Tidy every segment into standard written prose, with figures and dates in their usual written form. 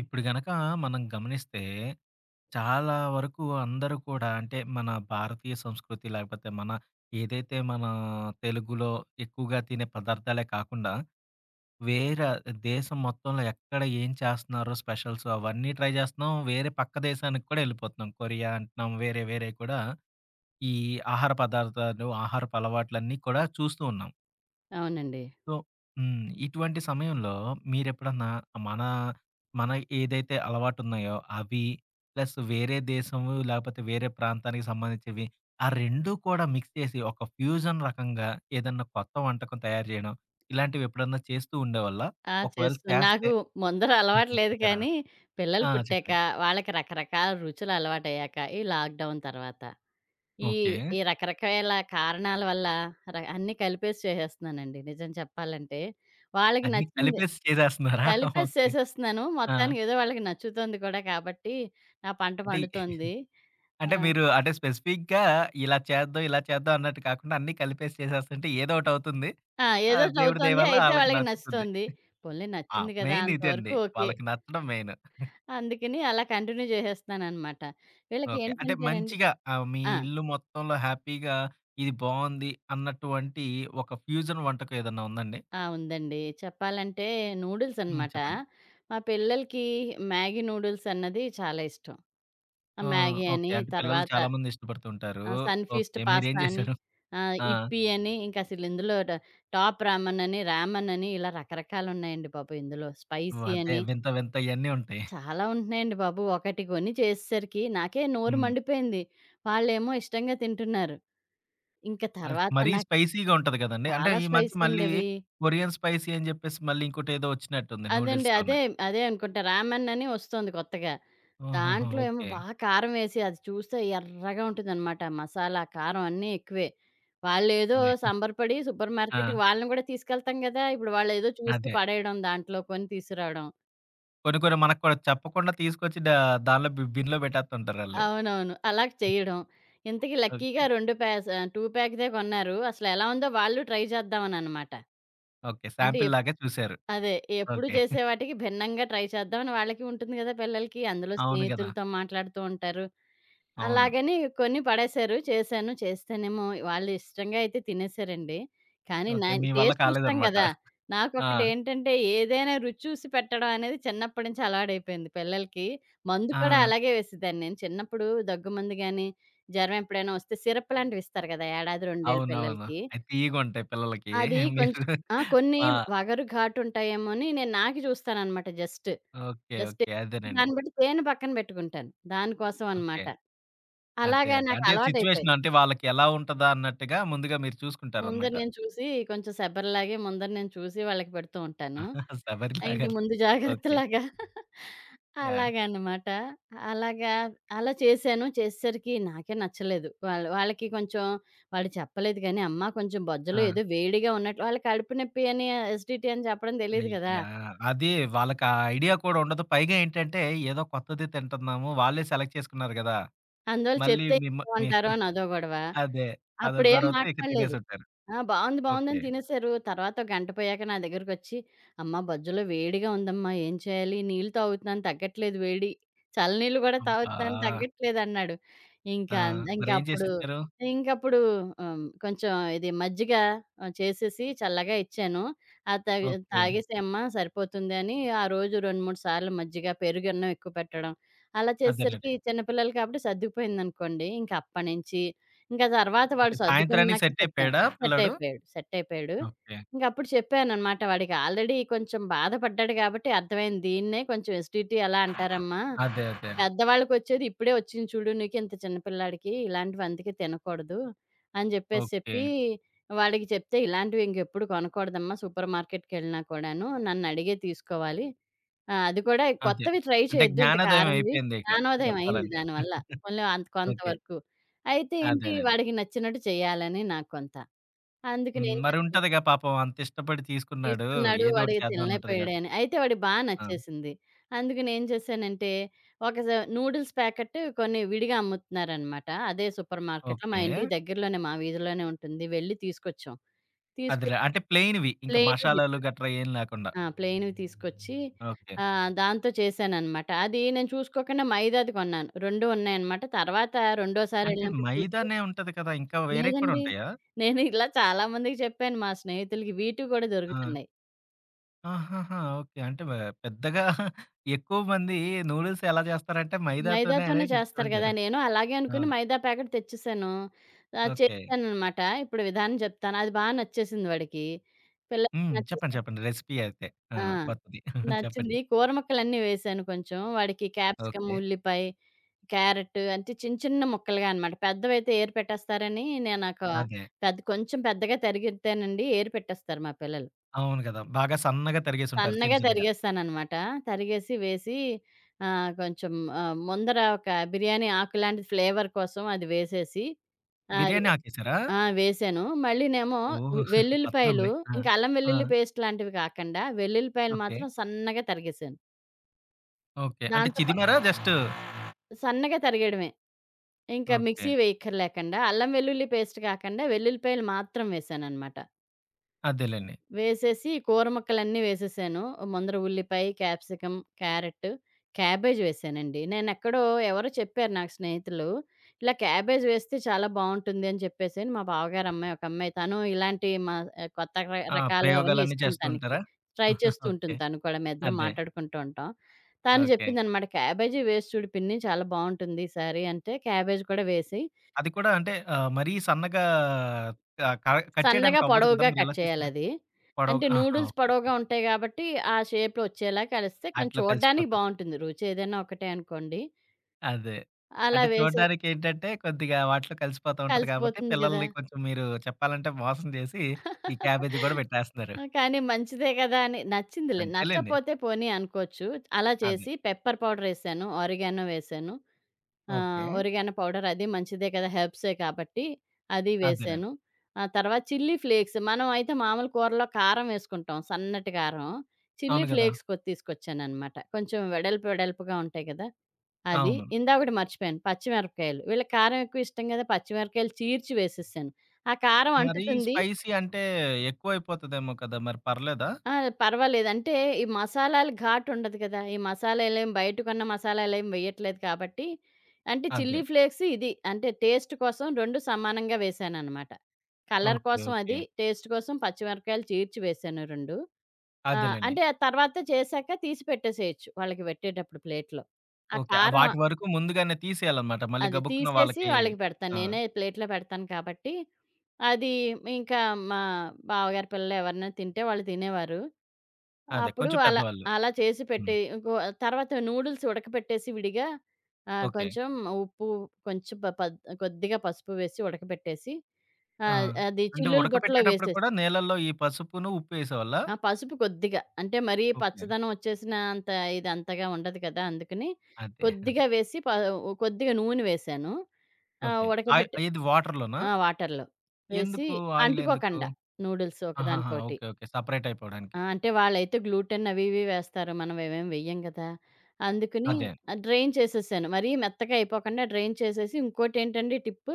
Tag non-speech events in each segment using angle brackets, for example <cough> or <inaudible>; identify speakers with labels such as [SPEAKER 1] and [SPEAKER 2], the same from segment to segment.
[SPEAKER 1] ఇప్పుడు గనక మనం గమనిస్తే, చాలా వరకు అందరూ కూడా అంటే, మన భారతీయ సంస్కృతి లేకపోతే మన ఏదైతే మన తెలుగులో ఎక్కువగా తినే పదార్థాలే కాకుండా, వేరే దేశం మొత్తంలో ఎక్కడ ఏం చేస్తున్నారో స్పెషల్స్ అవన్నీ ట్రై చేస్తున్నాం. వేరే పక్క దేశానికి కూడా ఎళ్ళిపోతున్నాం. కొరియా అంటున్నాం. వేరే వేరే కూడా ఈ ఆహార పదార్థాలు, ఆహారపు అలవాట్లన్నీ కూడా చూస్తూ ఉన్నాం.
[SPEAKER 2] అవునండి.
[SPEAKER 1] సో హ్మ్. ఇటువంటి సమయంలో మీరెప్పుడన్నా మన మన ఏదైతే అలవాటున్నాయో అవి, ప్లస్ వేరే దేశము లేకపోతే వేరే ప్రాంతానికి సంబంధించివి ఆ 2 కూడా మిక్స్ చేసి ఒక ఫ్యూజన్ రకంగా ఏదన్నా కొత్త వంటకం తయారు చేయడం, ఇలాంటివి ఎప్పుడన్నా చేస్తూ ఉండేవాళ్ళా?
[SPEAKER 2] ఆ!
[SPEAKER 1] ఒకవేళ
[SPEAKER 2] చేస్తూ
[SPEAKER 1] చేస్తే
[SPEAKER 2] నాకు ముందర అలవాటు
[SPEAKER 1] కొంచెం
[SPEAKER 2] లేదు
[SPEAKER 1] చెప్పారా?
[SPEAKER 2] కానీ, పిల్లలు
[SPEAKER 1] ఆ!
[SPEAKER 2] పుట్టాక,
[SPEAKER 1] చెప్పండి.
[SPEAKER 2] వాళ్ళకి రకరకాల రుచులు అలవాటయ్యాక, ఈ లాక్‌డౌన్ తర్వాత, ఈ
[SPEAKER 1] ఓకే.
[SPEAKER 2] ఈ రకరకాల కారణాల వల్ల అన్నీ కలిపేసి చేసేస్తున్నానండి నిజం చెప్పాలంటే. వాళ్ళకి
[SPEAKER 1] అన్నీ
[SPEAKER 2] నచ్చింది
[SPEAKER 1] కలిపేసి చేసేస్తున్నారా? <laughs>
[SPEAKER 2] కలిపేసి
[SPEAKER 1] ఓకే.
[SPEAKER 2] చేసేస్తున్నాను.
[SPEAKER 1] ఆ!
[SPEAKER 2] మొత్తానికి ఏదో వాళ్ళకి నచ్చుతుంది కూడా కాబట్టి, నా పంట
[SPEAKER 1] అంటే
[SPEAKER 2] పండుతోంది. ఆ!
[SPEAKER 1] అంటే మీరు అంటే స్పెసిఫిక్‌గా ఇలా చేద్దాం, ఇలా చేద్దాం అన్నట్టు కాకుండా అన్నీ కలిపేసి చేసేస్తుంటే ఏదో ఒకటవుతుంది.
[SPEAKER 2] ఆ!
[SPEAKER 1] ఆ!
[SPEAKER 2] ఏదో
[SPEAKER 1] దేవుడి దయ
[SPEAKER 2] ఒకటవుతోంది.
[SPEAKER 1] వల్ల
[SPEAKER 2] అయితే
[SPEAKER 1] ఆళ్ళకి
[SPEAKER 2] వాళ్ళకి
[SPEAKER 1] నచ్చుతుంది.
[SPEAKER 2] నచ్చుతోంది. పోన్లే
[SPEAKER 1] ఆ!
[SPEAKER 2] నచ్చింది కదా!
[SPEAKER 1] మెయిన్ ఇదండి.
[SPEAKER 2] అంతవరకు ఓకే.
[SPEAKER 1] వాళ్ళకి నచ్చడం మెయిన్.
[SPEAKER 2] అందుకని అలా కంటిన్యూ చేసేస్తున్నాననమాట. వీళ్ళకి
[SPEAKER 1] ఓకే. అంటే
[SPEAKER 2] ఏంటంటేనండి.
[SPEAKER 1] మంచిగా ఆహ్, మీ
[SPEAKER 2] ఆ!
[SPEAKER 1] ఇల్లు మొత్తంలో హ్యాపీగా ఇది బావుంది అన్నటువంటి ఒక ఫ్యూజన్ వంటకం ఏదన్నా ఉందండి?
[SPEAKER 2] ఆ! ఉందండి. చెప్పాలంటే నూడిల్స్
[SPEAKER 1] హ్మ్.
[SPEAKER 2] అనమాట.
[SPEAKER 1] చెప్పండి.
[SPEAKER 2] మా పిల్లలకి మ్యాగీ నూడిల్స్ అన్నది చాలా ఇష్టం. ఆ
[SPEAKER 1] ఆ!
[SPEAKER 2] Maggi
[SPEAKER 1] okay.
[SPEAKER 2] అని,
[SPEAKER 1] అంటే పిల్లలు
[SPEAKER 2] తర్వాత
[SPEAKER 1] చాలా మంది ఇష్టపడుతుంటారు.
[SPEAKER 2] Sun Feast
[SPEAKER 1] okay. మీరేం
[SPEAKER 2] పాస్తా అని,
[SPEAKER 1] చేశారు? ఆ!
[SPEAKER 2] ఇప్పీ అని, ఇంక అసలు ఇందులో టాప్ రామన్ అని, రామన్ అని ఇలా రకరకాలున్నాయండి బాబు ఇందులో. స్పైసీ
[SPEAKER 1] అదే
[SPEAKER 2] అని
[SPEAKER 1] వింత వింత ఇయన్నీ ఉంటాయి.
[SPEAKER 2] చాలా ఉంటున్నాయండి బాబు. ఒకటి కొని చేసేసరికి నాకే నోరు
[SPEAKER 1] హ్మ్.
[SPEAKER 2] మండిపోయింది. వాళ్ళేమో ఇష్టంగా తింటున్నారు. ఇంక
[SPEAKER 1] అది
[SPEAKER 2] తర్వాత
[SPEAKER 1] మరీ
[SPEAKER 2] నాకు
[SPEAKER 1] స్పైసీగా ఉంటది కదండీ! అంటే
[SPEAKER 2] చాలా
[SPEAKER 1] ఈ మధ్య
[SPEAKER 2] స్పైసీ
[SPEAKER 1] మళ్ళీ
[SPEAKER 2] అండవి.
[SPEAKER 1] కొరియన్ స్పైసీ అని జెప్పేసి మళ్ళీ ఇంకోటేదో వచ్చినట్టుంది
[SPEAKER 2] అదండి. అదే,
[SPEAKER 1] నూడిల్స్‌లోనే.
[SPEAKER 2] అదే అనుకుంటా. రామన్ అని వస్తోంది కొత్తగా.
[SPEAKER 1] ఓహోహో!
[SPEAKER 2] దాంట్లో ఏమో
[SPEAKER 1] ఓకే.
[SPEAKER 2] బా కారం వేసి అది చూస్తే ఎర్రగా ఉంటుందనమాట. మసాలా, కారం అన్నీ ఎక్కువే. వాళ్ళేదో
[SPEAKER 1] అదే.
[SPEAKER 2] సంబరపడి సూపర్
[SPEAKER 1] ఆ!
[SPEAKER 2] మార్కెట్‌కి వాళ్ళని గూడా తీసుకెళ్తాం గదా! ఇప్పుడు వాళ్ళేదో చూసి
[SPEAKER 1] అదే.
[SPEAKER 2] పడేయడం దాంట్లో కొని తీసుకురావడం.
[SPEAKER 1] కొన్ని కొన్ని మనకు కూడా చెప్పకుండా తీసుకొచ్చి దానిలో బిన్‌లో పెట్టేస్తుంటారాళ్ళు.
[SPEAKER 2] అవునవును. అలా చేయడం. ఇంతకీ
[SPEAKER 1] ఓకే.
[SPEAKER 2] లక్కీగా 2 2 ప్యాక్‌దే కొన్నారు. అసలెలా ఉందో వాళ్ళు ట్రై చేద్దామననమాట.
[SPEAKER 1] ఓకే.
[SPEAKER 2] అంటే
[SPEAKER 1] శాంపిల్ లాగా చూసారు.
[SPEAKER 2] అదే. ఎప్పుడు
[SPEAKER 1] ఓకే.
[SPEAKER 2] చేసే వాటికి భిన్నంగా ట్రై చేద్దామని వాళ్ళకి ఉంటుంది గదా! పిల్లలకి. అందులో
[SPEAKER 1] అవును గదా!
[SPEAKER 2] స్నేహితులతో మాట్లాడుతూ ఉంటారు.
[SPEAKER 1] అవును.
[SPEAKER 2] అలాగని కొన్ని పడేశారు. చేశాను. చేస్తేనేమో వాళ్ళు ఇష్టంగా అయితే తినేశారండి. కానీ నా
[SPEAKER 1] ఓకే. మీ వల్ల
[SPEAKER 2] టేస్ట్ చూస్తాం
[SPEAKER 1] కాలేదనమాట.
[SPEAKER 2] గదా!
[SPEAKER 1] ఆ!
[SPEAKER 2] నాకొకటేంటంటే ఏదైనా రుచి చూసి పెట్టడం అనేది చిన్నప్పటి నుంచి అలవాటైపోయింది పిల్లలకి. మందు
[SPEAKER 1] ఆ!
[SPEAKER 2] కూడా అలాగే వేసేదాన్ని నేను. చిన్నప్పుడు దగ్గు మందు గాని, జ్వరం ఎప్పుడైనా వస్తే సిరప్ లాంటివి ఇస్తారు గదా! ఏడాది, రెండేళ్ళ
[SPEAKER 1] అవునవును.
[SPEAKER 2] పిల్లలకి.
[SPEAKER 1] అయి తియ్యగుంటాయి పిల్లలకి.
[SPEAKER 2] అది కొంచెం.
[SPEAKER 1] మీరు
[SPEAKER 2] ఆ! కొన్ని
[SPEAKER 1] ఆ!
[SPEAKER 2] వగరు ఘాటుంటాయేమో అని నేను నాకి చూస్తాననమాట జస్ట్.
[SPEAKER 1] ఓకే.
[SPEAKER 2] Just
[SPEAKER 1] okay. అదేనండి.
[SPEAKER 2] దాన్ని బట్టి తేనె పక్కన పెట్టుకుంటాను. దానికోసం
[SPEAKER 1] ఓకే.
[SPEAKER 2] అనమాట.
[SPEAKER 1] అదే.
[SPEAKER 2] అలాగా
[SPEAKER 1] అదే.
[SPEAKER 2] నాకు
[SPEAKER 1] అంటే సిట్యుయేషన్
[SPEAKER 2] అలవాటయిపోయింది.
[SPEAKER 1] అంటే వాళ్ళకి ఎలా ఉంటదా అన్నట్టుగా ముందుగా మీరు
[SPEAKER 2] ముందర
[SPEAKER 1] చూసుకుంటారనమాట.
[SPEAKER 2] నేను చూసి కొంచెం శబరిలాగే ముందర నేను చూసి వాళ్ళకి పెడుతూ ఉంటాను.
[SPEAKER 1] శబరిలాగా.
[SPEAKER 2] ఇంటి
[SPEAKER 1] <laughs>
[SPEAKER 2] ముందు
[SPEAKER 1] ఓకే.
[SPEAKER 2] జాగ్రత్తలాగా
[SPEAKER 1] యాహ్!
[SPEAKER 2] అలాగనమాట. అలాగా అలా చేశాను. చేసేసరికి నాకే నచ్చలేదు. వాళ్ళకి కొంచెం వాళ్ళు చెప్పలేదు గానీ, "అమ్మ కొంచెం
[SPEAKER 1] ఆ!
[SPEAKER 2] బొజ్జలో ఏదో వేడిగా ఉన్నట్లు" వాళ్ళకి కడుపు నొప్పి అని ఎసిడిటీ అని చెప్పడం తెలీదు కదా!
[SPEAKER 1] అయ్యా! అది వాళ్ళకా ఐడియా కూడా ఉండదు. పైగా ఏంటంటే ఏదో కొత్తది తింటున్నాము. వాళ్ళే సెలెక్ట్ చేసుకున్నారు గదా!
[SPEAKER 2] అందువల్ల
[SPEAKER 1] మళ్ళీ
[SPEAKER 2] చెప్తే
[SPEAKER 1] మిమ్మ మీ
[SPEAKER 2] ఏమంటారో అని అదో గొడవ.
[SPEAKER 1] అదే. అదో
[SPEAKER 2] అప్పుడేం
[SPEAKER 1] గొడవతో ఇక
[SPEAKER 2] మాట్లాడలేదు.
[SPEAKER 1] తినేసుంటారు.
[SPEAKER 2] ఆ! బావుంది,
[SPEAKER 1] ఓకే.
[SPEAKER 2] బావుందని తినేశారు. తర్వాత ఓ గంట పోయాక నా దగ్గరకొచ్చి, "అమ్మ బొజ్జలో వేడిగా ఉందమ్మా ఏం చేయాలి? నీళ్ళు తాగుతున్నాను తగ్గట్లేదు వేడి. చల్ల నీళ్ళు గూడా
[SPEAKER 1] అబ్బా!
[SPEAKER 2] తాగుతున్నాను తగ్గట్లేదన్నాడు."
[SPEAKER 1] ఆ!
[SPEAKER 2] ఇంకా అన్
[SPEAKER 1] మరేం
[SPEAKER 2] ఇంకప్పుడు
[SPEAKER 1] చేసిచ్చారు?
[SPEAKER 2] ఇంకప్పుడు కొంచెం ఇది మజ్జిగ చేసేసి చల్లగా ఇచ్చాను. అది తాగి
[SPEAKER 1] ఓకే.
[SPEAKER 2] "తాగేసేయమ్మా సరిపోతుంది" అని ఆ రోజు 2, 3 సార్లు మజ్జిగ, పెరుగన్నం ఎక్కువ పెట్టడం. అలా
[SPEAKER 1] అదేనండి.
[SPEAKER 2] చేసేసరికి చిన్న పిల్లలు కాబట్టి సర్దుకుపోయిందనుకోండి. ఇంక అప్పటినుంచి ఇంక తర్వాత
[SPEAKER 1] ఓకే.
[SPEAKER 2] వాడు
[SPEAKER 1] సాయంత్రానికి
[SPEAKER 2] సర్దుకున్నాక
[SPEAKER 1] సెట్
[SPEAKER 2] చెప్పాను.
[SPEAKER 1] అయిపోయాడా
[SPEAKER 2] సెట్
[SPEAKER 1] పిల్లోడు?
[SPEAKER 2] అయిపోయాడు. సెట్ అయిపోయాడు.
[SPEAKER 1] ఓకే.
[SPEAKER 2] ఇంకప్పుడు చెప్పాననమాట వాడికి ఆల్రెడీ కొంచెం బాధపడ్డాడు గాబట్టి అర్థమైంది. దీన్నే కొంచెం ఎస్టీటీ అలా అంటారమ్మా!
[SPEAKER 1] అదే అండి.
[SPEAKER 2] పెద్దవాళ్ళకొచ్చేది ఇప్పుడే వచ్చింది చూడు నీకింత చిన్న పిల్లాడికి, ఇలాంటివి అందుకే తినకూడదు అని జెప్పేసి
[SPEAKER 1] ఓకే.
[SPEAKER 2] చెప్పి, వాడికి చెప్తే ఇలాంటివి ఇంకెప్పుడు కొనకూడదమ్మా సూపర్ మార్కెట్‌కెళ్ళినా కూడాను. నన్నడిగే తీసుకోవాలి. అది కూడా
[SPEAKER 1] అదే.
[SPEAKER 2] కొత్తవి ట్రై
[SPEAKER 1] అంటే
[SPEAKER 2] చేయొద్దు ఇంత
[SPEAKER 1] జ్ఞానోదయం
[SPEAKER 2] కారంవి.
[SPEAKER 1] అయిపోయిందిక
[SPEAKER 2] జ్ఞానోదయం అయింది
[SPEAKER 1] చెప్పాలంటే.
[SPEAKER 2] దానివల్ల. పోన్లే అంత కొంత
[SPEAKER 1] ఓకే.
[SPEAKER 2] వరకు. అయితే ఏంటి
[SPEAKER 1] అదేనండి.
[SPEAKER 2] వాడికి నచ్చినట్టు చేయాలని నా కొంత.
[SPEAKER 1] హ్మ్.
[SPEAKER 2] అందుకనేం చేశాను
[SPEAKER 1] మరుంటదిగా పాపం అంతిష్టపడి తీసుకున్నాడు.
[SPEAKER 2] తీసుకున్నాడు.
[SPEAKER 1] ఏదో ఒకటి
[SPEAKER 2] వాడికి
[SPEAKER 1] చేద్దాం అని ఉంటదిగా.
[SPEAKER 2] తినలేకపోయాడు అని. అయితే వాడికి బా
[SPEAKER 1] ఆ!
[SPEAKER 2] నచ్చేసింది. అందుకని ఏం చేశానంటే, ఒక స నూడిల్స్ ప్యాకెట్ కొన్ని విడిగా అమ్ముతున్నారనమాట. అదే సూపర్ మార్కెట్‌లో మా
[SPEAKER 1] ఓకే.
[SPEAKER 2] ఇంటికి దగ్గరలోనే మా వీధిలోనే ఉంటుంది. వెళ్లి తీసుకొచ్చాం. తీసుకొ
[SPEAKER 1] అదేలే. అంటే ప్లెయిన్‌వి ఇంక
[SPEAKER 2] ప్లెయిన్‌వి
[SPEAKER 1] మషాలాలు
[SPEAKER 2] తీసుకొచ్చాం.
[SPEAKER 1] గట్రా ఏం లేకుండా.
[SPEAKER 2] ఆ! ప్లెయిన్‌వి తీసుకొచ్చి
[SPEAKER 1] ఓకే.
[SPEAKER 2] దాంతో చేశాననమాట. అది నేను చూసుకోకుండా మైదాది కొన్నాను. 2 ఉన్నాయనమాట. తర్వాత రెండోసారి
[SPEAKER 1] అంటే
[SPEAKER 2] ఎళ్ళినప్పుడు చూస్తే
[SPEAKER 1] మైదానే ఉంటది కదా! ఇంకా వేరేయి కూడా
[SPEAKER 2] లేదండి.
[SPEAKER 1] ఉంటాయా?
[SPEAKER 2] నేను ఇలా చాలా మందికి చెప్పాను మా స్నేహితులకి. వీటివి కూడా
[SPEAKER 1] ఆ!
[SPEAKER 2] దొరుకుతున్నాయి.
[SPEAKER 1] ఆహాహా! ఓకే. అంటే పెద్దగా ఎక్కువ మంది నూడిల్స్ ఎలా చేస్తారంటే మైదాతోనే అనే
[SPEAKER 2] మైదాతోనే చేస్తారు గదా!
[SPEAKER 1] చెప్తుంటారు.
[SPEAKER 2] నేను అలాగే అనుకుని
[SPEAKER 1] అవును.
[SPEAKER 2] మైదా ప్యాకెట్ తెచ్చేసాను.
[SPEAKER 1] ఓకే.
[SPEAKER 2] చేశాననమాట. ఇప్పుడు విధానం చెప్తాను. అది బా నచ్చేసింది వాడికి. పిల్లలకి
[SPEAKER 1] హ్మ్. చెప్పండి.
[SPEAKER 2] నచ్చేసరికి
[SPEAKER 1] చెప్పండి. రెసిపీ అయితే. ఆ!
[SPEAKER 2] ఆ!
[SPEAKER 1] కొత్తది. చెప్పండి.
[SPEAKER 2] నచ్చింది. కూర ముక్కలన్నీ వేశాను కొంచెం. వాడికి క్యాప్సికమ్,
[SPEAKER 1] ఓకే.
[SPEAKER 2] ఉల్లిపాయ, క్యారట్ అంటే చిన్న చిన్న ముక్కలుగా అనమాట. పెద్దవైతే ఏరు పెట్టేస్తారని నేనొక
[SPEAKER 1] అదే.
[SPEAKER 2] పెద్ద కొంచెం పెద్దగా తరిగితేనండి ఏరు పెట్టేస్తారు మా పిల్లలు.
[SPEAKER 1] అవును గదా! బాగా సన్నగా తరిగేసుంటారు చిన్న
[SPEAKER 2] సన్నగా
[SPEAKER 1] చిన్నగా.
[SPEAKER 2] తరిగేస్తాననమాట. తరిగేసి, వేసి కొంచెం ముందర ఒక బిర్యానీ ఆకులాంటి ఫ్లేవర్ కోసం అది వేసేసి ఆ, అది
[SPEAKER 1] బిర్యానీ ఆకేసారా?
[SPEAKER 2] ఆ! వేశాను. మళ్ళీనేమో
[SPEAKER 1] ఓహ్!
[SPEAKER 2] వెల్లుల్లిపాయలు
[SPEAKER 1] కొత్తగుంది. ఆ!
[SPEAKER 2] ఇంకా అల్లం
[SPEAKER 1] ఆ!
[SPEAKER 2] వెల్లుల్లి పేస్ట్ లాంటివి కాకండా, వెల్లుల్లిపాయలు
[SPEAKER 1] ఓకే.
[SPEAKER 2] మాత్రం సన్నగా తరిగేశాను.
[SPEAKER 1] ఓకే. అంటే
[SPEAKER 2] దాంతో పా
[SPEAKER 1] చిదిమారా జస్ట్
[SPEAKER 2] సన్నగా తరిగేయడమే. ఇంకా
[SPEAKER 1] ఓకే.
[SPEAKER 2] మిక్సీ వేయక్కర్లేకుండా, అల్లం వెల్లుల్లి పేస్ట్ కాకండా వెల్లుల్లిపాయలు మాత్రం వేశాననమాట.
[SPEAKER 1] అదేలెండి.
[SPEAKER 2] వేసేసి కూర ముక్కలన్నీ వేసేసాను. ముందర ఉల్లిపాయ, క్యాప్సికమ్, క్యారట్, క్యాబేజ్ వేసానండి. నేనెక్కడో ఎవరో చెప్పారు నాకు స్నేహితులు. ఇలా క్యాబేజ్ వేస్తే చాలా బావుంటుంది అని చెప్పేసని మా బావగారమ్మాయి ఒక అమ్మాయి తను ఇలాంటి మా కొత్త
[SPEAKER 1] ఆ!
[SPEAKER 2] రకాలు అవన్నీ
[SPEAKER 1] ప్రయోగాలన్నీ
[SPEAKER 2] ఇష్టం
[SPEAKER 1] చేస్తూ
[SPEAKER 2] తనకి.
[SPEAKER 1] ఉంటారా?
[SPEAKER 2] ట్రై చేస్తూ
[SPEAKER 1] ఓకే.
[SPEAKER 2] ఉంటుంది తను కూడా. మేమిద్దరం
[SPEAKER 1] అదే.
[SPEAKER 2] మాట్లాడుకుంటూ ఉంటాం. తను
[SPEAKER 1] ఓకే.
[SPEAKER 2] చెప్పిందనమాట, "క్యాబేజీ వేసి చూడు పిన్ని చాలా బావుంటుంది ఈసారి" అంటే క్యాబేజ్ కూడా వేసి
[SPEAKER 1] అది కూడా అంటే ఆహ్, మరీ సన్నగా క క కట్
[SPEAKER 2] సన్నగా
[SPEAKER 1] చేయడానికి అవ్వదు కదా!
[SPEAKER 2] పొడవుగా కట్
[SPEAKER 1] మరెలా చేస్తారు?
[SPEAKER 2] చేయాలది. అంటే
[SPEAKER 1] పొడవుగా ఆహా!
[SPEAKER 2] Noodles
[SPEAKER 1] okay. ఓకే.
[SPEAKER 2] పొడవుగా ఉంటాయి గాబట్టి, ఆ షేప్‌లో వచ్చేలా కలిస్తే కొంచెం
[SPEAKER 1] ఆటిలో
[SPEAKER 2] చూడడానికి
[SPEAKER 1] కలిసిపోతది.
[SPEAKER 2] బావుంటుంది. రుచి ఏదైనా ఒకటే అనుకోండి.
[SPEAKER 1] అదే.
[SPEAKER 2] అలా
[SPEAKER 1] అంటే
[SPEAKER 2] వేసే
[SPEAKER 1] చూడడానికేంటంటే కొద్దిగా వాటిలో కలిసిపోతా ఉంటది కాబట్టి
[SPEAKER 2] కలిసిపోతుంది గదా!
[SPEAKER 1] పిల్లల్ని కొంచెం మీరు చెప్పాలంటే మోసం చేసి ఈ క్యాబేజీ గూడా
[SPEAKER 2] <laughs>
[SPEAKER 1] పెట్టేస్తున్నారు.
[SPEAKER 2] ఆ! కానీ మంచిదే గదా! అని నచ్చిందిలే.
[SPEAKER 1] అంతేలెండి.
[SPEAKER 2] నచ్చకపోతే పోనీ అనుకోవచ్చు. అలా
[SPEAKER 1] అదే.
[SPEAKER 2] చేసి పెప్పర్ పౌడరేశాను, ఆరిగానో వేశాను. ఆ!
[SPEAKER 1] ఓకే.
[SPEAKER 2] ఒరిగానో పౌడర్ అది మంచిదే కదా! హెర్బ్సే కాబట్టి అది
[SPEAKER 1] అదేనండి.
[SPEAKER 2] వేశాను. ఆ తర్వాత చిల్లీ ఫ్లేక్స్ మనం అయితే మామూలు కూరలో కారం వేసుకుంటాం సన్నటి కారం. చిల్లీ
[SPEAKER 1] అవును గదా!
[SPEAKER 2] ఫ్లేక్స్ తీసుకొచ్చాననమాట. కొంచెం వెడల్పు వెడల్పుగా ఉంటాయి కదా! అది.
[SPEAKER 1] అవును.
[SPEAKER 2] ఇందాకటి మర్చిపోయాను పచ్చిమిరపకాయలు. వీళ్ళకి కారం ఎక్కువ ఇష్టం కదా! పచ్చిమిరపకాయలు చీర్చి వేసేసాను. ఆ కారం
[SPEAKER 1] మరీ
[SPEAKER 2] అంటుతుంది.
[SPEAKER 1] స్పైసీ అంటే ఎక్కువైపోతదేమో కదా! మరి పర్లేదా?
[SPEAKER 2] ఆ! పర్వాలేదు. అంటే ఈ మసాలాలు ఘాటు ఉండదు కదా! ఈ మసాలాలేం బయట కొన్న మసాలాలేం వేయట్లేదు కాబట్టి, అంటే
[SPEAKER 1] అదే.
[SPEAKER 2] చిల్లీ ఫ్లేక్స్ ఇది. అంటే టేస్ట్ కోసం 2 సమానంగా వేశాననమాట. Colour
[SPEAKER 1] okay.
[SPEAKER 2] కోసం
[SPEAKER 1] ఓకే.
[SPEAKER 2] అది, టేస్ట్ కోసం పచ్చిమిరపకాయలు చీల్చి వేశాను 2. ఆ!
[SPEAKER 1] అదేలెండి.
[SPEAKER 2] అంటే ఆ తర్వాత చేశాక తీసి పెట్టేసేయొచ్చు వాళ్ళకి పెట్టేటప్పుడు ప్లేట్‌లో. ఆ
[SPEAKER 1] ఓకే. ఆ
[SPEAKER 2] కారం
[SPEAKER 1] వాటి వరకు ముందుగానే తీసేయాలన్నమాట. మళ్ళీ
[SPEAKER 2] అది.
[SPEAKER 1] గబుక్కున
[SPEAKER 2] తీసేసి
[SPEAKER 1] వాళ్ళకి
[SPEAKER 2] వాళ్ళకి పెడతాను.
[SPEAKER 1] ఆ!
[SPEAKER 2] నేనే ప్లేట్‌లో పెడతాను కాబట్టి, అది ఇంకా మా బావగారి పిల్లలు ఎవరైనా తింటే వాళ్ళు తినేవారు.
[SPEAKER 1] అదే.
[SPEAKER 2] అప్పుడు
[SPEAKER 1] కొంచెం
[SPEAKER 2] అలా
[SPEAKER 1] పెద్దవాళ్ళు.
[SPEAKER 2] అలా చేసి
[SPEAKER 1] హ్మ్.
[SPEAKER 2] పెట్టి ఇంకో తర్వాత నూడిల్స్ ఉడకపెట్టేసి విడిగా
[SPEAKER 1] ఓకే.
[SPEAKER 2] కొంచెం ఉప్పు, కొంచెం ప పద్ కొద్దిగా పసుపు వేసి ఉడకపెట్టేసి
[SPEAKER 1] ఆ!
[SPEAKER 2] అది
[SPEAKER 1] అంటే
[SPEAKER 2] చిల్లులు బుట్టలో
[SPEAKER 1] ఉడకపెట్టేటప్పుడు
[SPEAKER 2] వేసేసి
[SPEAKER 1] కూడా నీళ్ళల్లో ఈ పసుపును, ఉప్పు ఏసేవాళ్ళా?
[SPEAKER 2] ఆ! పసుపు కొద్దిగా. అంటే మరీ
[SPEAKER 1] ఓకే.
[SPEAKER 2] పచ్చదనం వచ్చేసిన అంత ఇది అంతగా ఉండదు కదా! అందుకని
[SPEAKER 1] అదే.
[SPEAKER 2] కొద్దిగా వేసి ప కొద్దిగా నూనె వేశాను.
[SPEAKER 1] ఓకే.
[SPEAKER 2] ఉడకబెట్టి
[SPEAKER 1] ఆయి ఇది వాటర్‌లోనా?
[SPEAKER 2] ఆ! వాటర్‌లో వేసి
[SPEAKER 1] ఎందుకు ఆయిల్ ఎందుకు?
[SPEAKER 2] అంటుకోకుండా నూడిల్స్
[SPEAKER 1] ఆహాహా!
[SPEAKER 2] ఒకదానికొకటి.
[SPEAKER 1] ఓకే. ఓకే. సెపరేట్ అయిపోవడానికి.
[SPEAKER 2] ఆ! అంటే వాళ్ళైతే గ్లూటెన్ అవి ఇవి వేస్తారు. మనం అవేం వెయ్యం గదా!
[SPEAKER 1] ఆ!
[SPEAKER 2] అందుకని
[SPEAKER 1] అదే.
[SPEAKER 2] డ్రైన్ చేసేసాను. మరీ మెత్తగా అయిపోకుండా డ్రైన్ చేసేసి ఇంకోటేంటంటే టిప్పు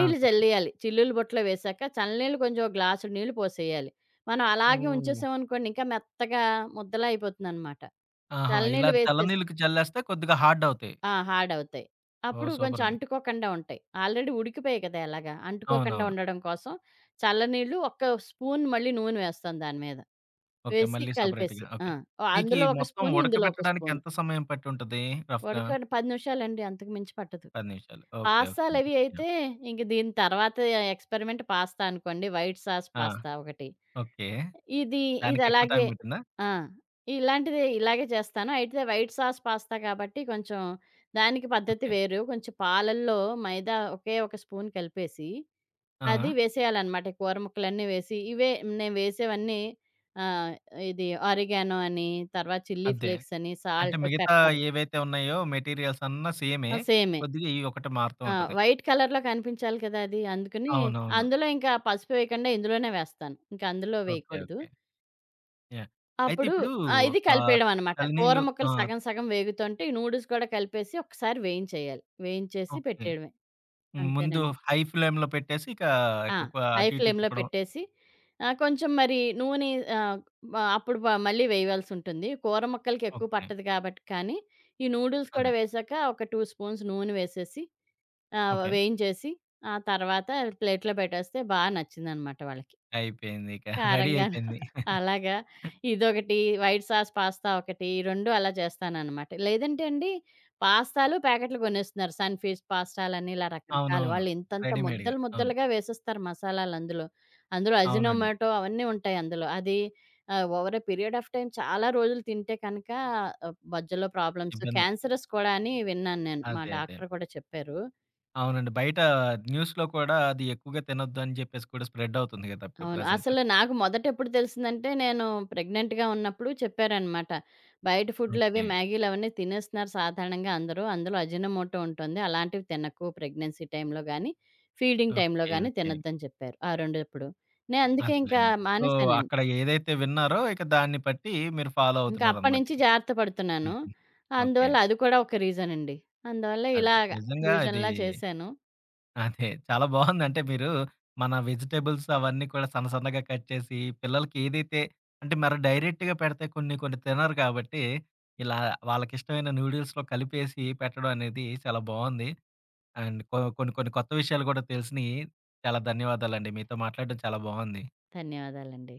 [SPEAKER 1] ఆ! చెప్పండి.
[SPEAKER 2] జల్లేయాలి. చిల్లులు బుట్టలో వేశాక చల్లనీళ్ళు కొంచెం ఒక గ్లాసుడు నీళ్ళు పోసేయాలి. మనం అలాగే
[SPEAKER 1] ఓహ్!
[SPEAKER 2] ఉంచేసామనుకోండి ఇంకా మెత్తగా ముద్దలా అయిపోతుందనమాట.
[SPEAKER 1] ఆహా! ఇలా
[SPEAKER 2] చల్లనీళ్ళు
[SPEAKER 1] చల్ల
[SPEAKER 2] వేసేసి
[SPEAKER 1] నీళ్ళకి చల్లేస్తే కొద్దిగా హార్డ్ అవుతాయి.
[SPEAKER 2] ఆ! హార్డ్ అవుతాయి.
[SPEAKER 1] ఓహ్!
[SPEAKER 2] అప్పుడు
[SPEAKER 1] సూపర్
[SPEAKER 2] కొంచెం
[SPEAKER 1] అండి.
[SPEAKER 2] అంటుకోకుండా ఉంటాయి. ఆల్రెడీ ఉడికిపోయాయి కదా! ఎలాగా అంటుకోకుండా
[SPEAKER 1] అవునవును.
[SPEAKER 2] ఉండడం కోసం చల్లనీళ్ళు ఒక్క స్పూన్ మళ్ళీ నూనె వేస్తాం దాని మీద.
[SPEAKER 1] ఓకే.
[SPEAKER 2] వేసి
[SPEAKER 1] మళ్ళీ
[SPEAKER 2] కలిపేసి.
[SPEAKER 1] సెపరేట్‌గా.
[SPEAKER 2] ఆ!
[SPEAKER 1] ఓకే. మీకీ
[SPEAKER 2] అందులో ఒక
[SPEAKER 1] మొత్తం
[SPEAKER 2] స్పూను, ఇందులో ఒక
[SPEAKER 1] ఉడకబెట్టడానికి
[SPEAKER 2] స్పూను.
[SPEAKER 1] ఎంత సమయం పట్టి ఉంటది రఫ్‌గా?
[SPEAKER 2] ఉడకబెట్టి 10 నిమిషాలండి అంతకు మించి పట్టదు.
[SPEAKER 1] 10 నిమిషాలు. ఓకే అండి.
[SPEAKER 2] పాస్తాలవి
[SPEAKER 1] యాహ్!
[SPEAKER 2] అయితే ఇంక దీని తర్వాత ఎక్స్‌పెరిమెంట్ పాస్తా అనుకోండి. వైట్ సాస్
[SPEAKER 1] ఆ!
[SPEAKER 2] పాస్తా ఒకటి.
[SPEAKER 1] ఓకే.
[SPEAKER 2] ఇది
[SPEAKER 1] దానికి ఎక్కువ టైం
[SPEAKER 2] ఇదలాగే
[SPEAKER 1] పట్టిందా?
[SPEAKER 2] ఆ! ఇలాంటిదే ఇలాగే చేస్తాను. అయితే వైట్ సాస్ పాస్తా కాబట్టి కొంచెం దానికి పద్ధతి
[SPEAKER 1] ఓకే.
[SPEAKER 2] వేరు. కొంచెం పాలల్లో మైదా ఒకే ఒక స్పూన్ కలిపేసి అది
[SPEAKER 1] ఆ!
[SPEAKER 2] వేసేయాలనమాట. ఈ కూర ముక్కలన్నీ వేసి, ఇవే నేను వేసేవన్నీ ఆహ్, ఇది ఆరిగానో అని, తర్వాత చిల్లీ
[SPEAKER 1] అదే.
[SPEAKER 2] ఫ్లేక్స్ అని,
[SPEAKER 1] అంటే
[SPEAKER 2] సాల్ట్,
[SPEAKER 1] మిగతా
[SPEAKER 2] పెప్పర్.
[SPEAKER 1] ఏవైతే ఉన్నాయో మెటీరియల్స్ అన్నీ సేమే.
[SPEAKER 2] ఆ! సేమే.
[SPEAKER 1] కొద్దిగా ఈ ఒకటి మారుతూ
[SPEAKER 2] ఆ!
[SPEAKER 1] ఉంటది.
[SPEAKER 2] వైట్ కలర్‌లో కనిపించాలి కదా అది. అందుకని
[SPEAKER 1] అవునవును.
[SPEAKER 2] అందులో ఇంకా పసుపు వేయకుండా ఇందులోనే వేస్తాను. ఇంకా అందులో
[SPEAKER 1] ఓకే.
[SPEAKER 2] వేయకూడదు.
[SPEAKER 1] ఓకే. యాహ్! అయితే
[SPEAKER 2] అప్పుడు
[SPEAKER 1] ఇప్పుడు
[SPEAKER 2] ఆ! ఇది
[SPEAKER 1] ఆహ్,
[SPEAKER 2] కలిపేయడం అనమాట. కూర
[SPEAKER 1] చలినీళ్ళు ఆ!
[SPEAKER 2] ముక్కలు సగం సగం వేగుతుంటే, ఈ నూడిల్స్ కూడా కలిపేసి ఒకసారి వేయించేయాలి. వేయించేసి
[SPEAKER 1] ఓకే.
[SPEAKER 2] పెట్టేయడమే.
[SPEAKER 1] ముందు
[SPEAKER 2] అంతేనండి.
[SPEAKER 1] హై ఫ్లేమ్‌లో పెట్టేసి ఇక
[SPEAKER 2] ఆ!
[SPEAKER 1] ఎక్కువ
[SPEAKER 2] హై
[SPEAKER 1] అటు ఇటు
[SPEAKER 2] ఫ్లేమ్‌లో
[SPEAKER 1] తిప్పడం.
[SPEAKER 2] పెట్టేసి కొంచెం మరి నూనె ఆహ్, వ అప్పుడు వ మళ్ళీ వేయాల్సుంటుంది. కూర ముక్కలకి ఎక్కువ
[SPEAKER 1] ఓకే.
[SPEAKER 2] పట్టదు కాబట్టి కానీ, ఈ నూడిల్స్ కూడా
[SPEAKER 1] అదే.
[SPEAKER 2] వేశాక ఒక 2 స్పూన్స్ నూనె వేసేసి
[SPEAKER 1] ఓకే.
[SPEAKER 2] వేయించేసి ఆ తర్వాత ప్లేట్‌లో పెట్టేస్తే బా నచ్చిందనమాట వాళ్ళకి.
[SPEAKER 1] అయిపోయింది ఇక. రెడీ
[SPEAKER 2] కారంగాను.
[SPEAKER 1] అయిపోయింది.
[SPEAKER 2] అలాగా. ఇదొకటి, వైట్ సాస్ పాస్తా ఒకటి, ఈ 2 అలా చేస్తాననమాట. లేదంటే అండి, పాస్తాలు ప్యాకెట్లు కొనేస్తున్నారు. సన్‌ఫీస్ట్ పాస్తాలని ఇలా రకరకాలు.
[SPEAKER 1] అవునవును.
[SPEAKER 2] వాళ్ళు ఇంతంత
[SPEAKER 1] రెడీమేడ్‌గా.
[SPEAKER 2] ముద్దలు
[SPEAKER 1] అవును.
[SPEAKER 2] ముద్దలుగా వేసేస్తారు మసాలాలందులో. అందులో
[SPEAKER 1] అవునండి.
[SPEAKER 2] అజినోమోటో అవన్నీ ఉంటాయి అందులో. అది over a period of time చాలా రోజులు తింటే కనుక మధ్యలో ప్రాబ్లమ్స్,
[SPEAKER 1] ఇబ్బంది.
[SPEAKER 2] క్యాన్సరస్ కూడా అని విన్నాను నేను. మా
[SPEAKER 1] అదే.
[SPEAKER 2] డాక్టర్ కూడా చెప్పారు.
[SPEAKER 1] అవునండి. బయట న్యూస్‌లో కూడా అది ఎక్కువగా తినొద్దు అని చెప్పేసి కూడా స్ప్రెడ్ అవుతుంది కదా! ఇప్పుడు
[SPEAKER 2] అవును.
[SPEAKER 1] ప్రెజెంట్.
[SPEAKER 2] అసలు నాకు మొదటెప్పుడు తెలిసిందంటే, నేను ప్రెగ్నెంట్‌గా ఉన్నప్పుడు చెప్పారనమాట. బయట ఫుడ్‌లవి,
[SPEAKER 1] ఓకే.
[SPEAKER 2] మ్యాగీలవన్నీ తినేస్తున్నారు సాధారణంగా అందరూ. అందులో అజినోమోటో ఉంటుంది. అలాంటివి తినకు ప్రెగ్నెన్సీ టైమ్‌లో గానీ, ఫీడింగ్ టైమ్‌లో
[SPEAKER 1] ఓకే.
[SPEAKER 2] గానీ
[SPEAKER 1] ఓకే.
[SPEAKER 2] తినొద్దని చెప్పారు. ఆ రెండప్పుడు. అందుకే ఇంకా
[SPEAKER 1] అదేలెండి. సో,
[SPEAKER 2] మానేశానండి.
[SPEAKER 1] అక్కడ ఏదైతే విన్నారో ఇక దాన్ని బట్టి మీరు ఫాలో
[SPEAKER 2] ఇంకా
[SPEAKER 1] అవుతున్నారనమాట.
[SPEAKER 2] అప్పటినుంచి జాగ్రత్త పడుతున్నాను.
[SPEAKER 1] హుహు. ఓకే.
[SPEAKER 2] అందువల్ల అది కూడా ఒక రీజనండి. అందువల్ల
[SPEAKER 1] అదే.
[SPEAKER 2] ఇలాగ
[SPEAKER 1] నిజంగా ఇది
[SPEAKER 2] ఫ్యూజన్‌లా చేశాను.
[SPEAKER 1] అదే. చాలా బావుంది. అంటే మీరు మన వెజిటబుల్స్ అవన్నీ కూడా సన్న సన్నగా కట్ చేసి పిల్లలకి ఏదైతే అంటే మరి డైరెక్ట్‌గా పెడితే కొన్ని కొన్ని తినరు కాబట్టి, ఇలా వాళ్ళకిష్టమైన నూడిల్స్‌లో కలిపేసి పెట్టడం అనేది చాలా బావుంది. అండ్ కొన్ని కొన్ని కొత్త విషయాలు కూడా తెలిసినియి. చాలా ధన్యవాదాలండి. మీతో మాట్లాడడం చాలా బావుంది.
[SPEAKER 2] ధన్యవాదాలండి.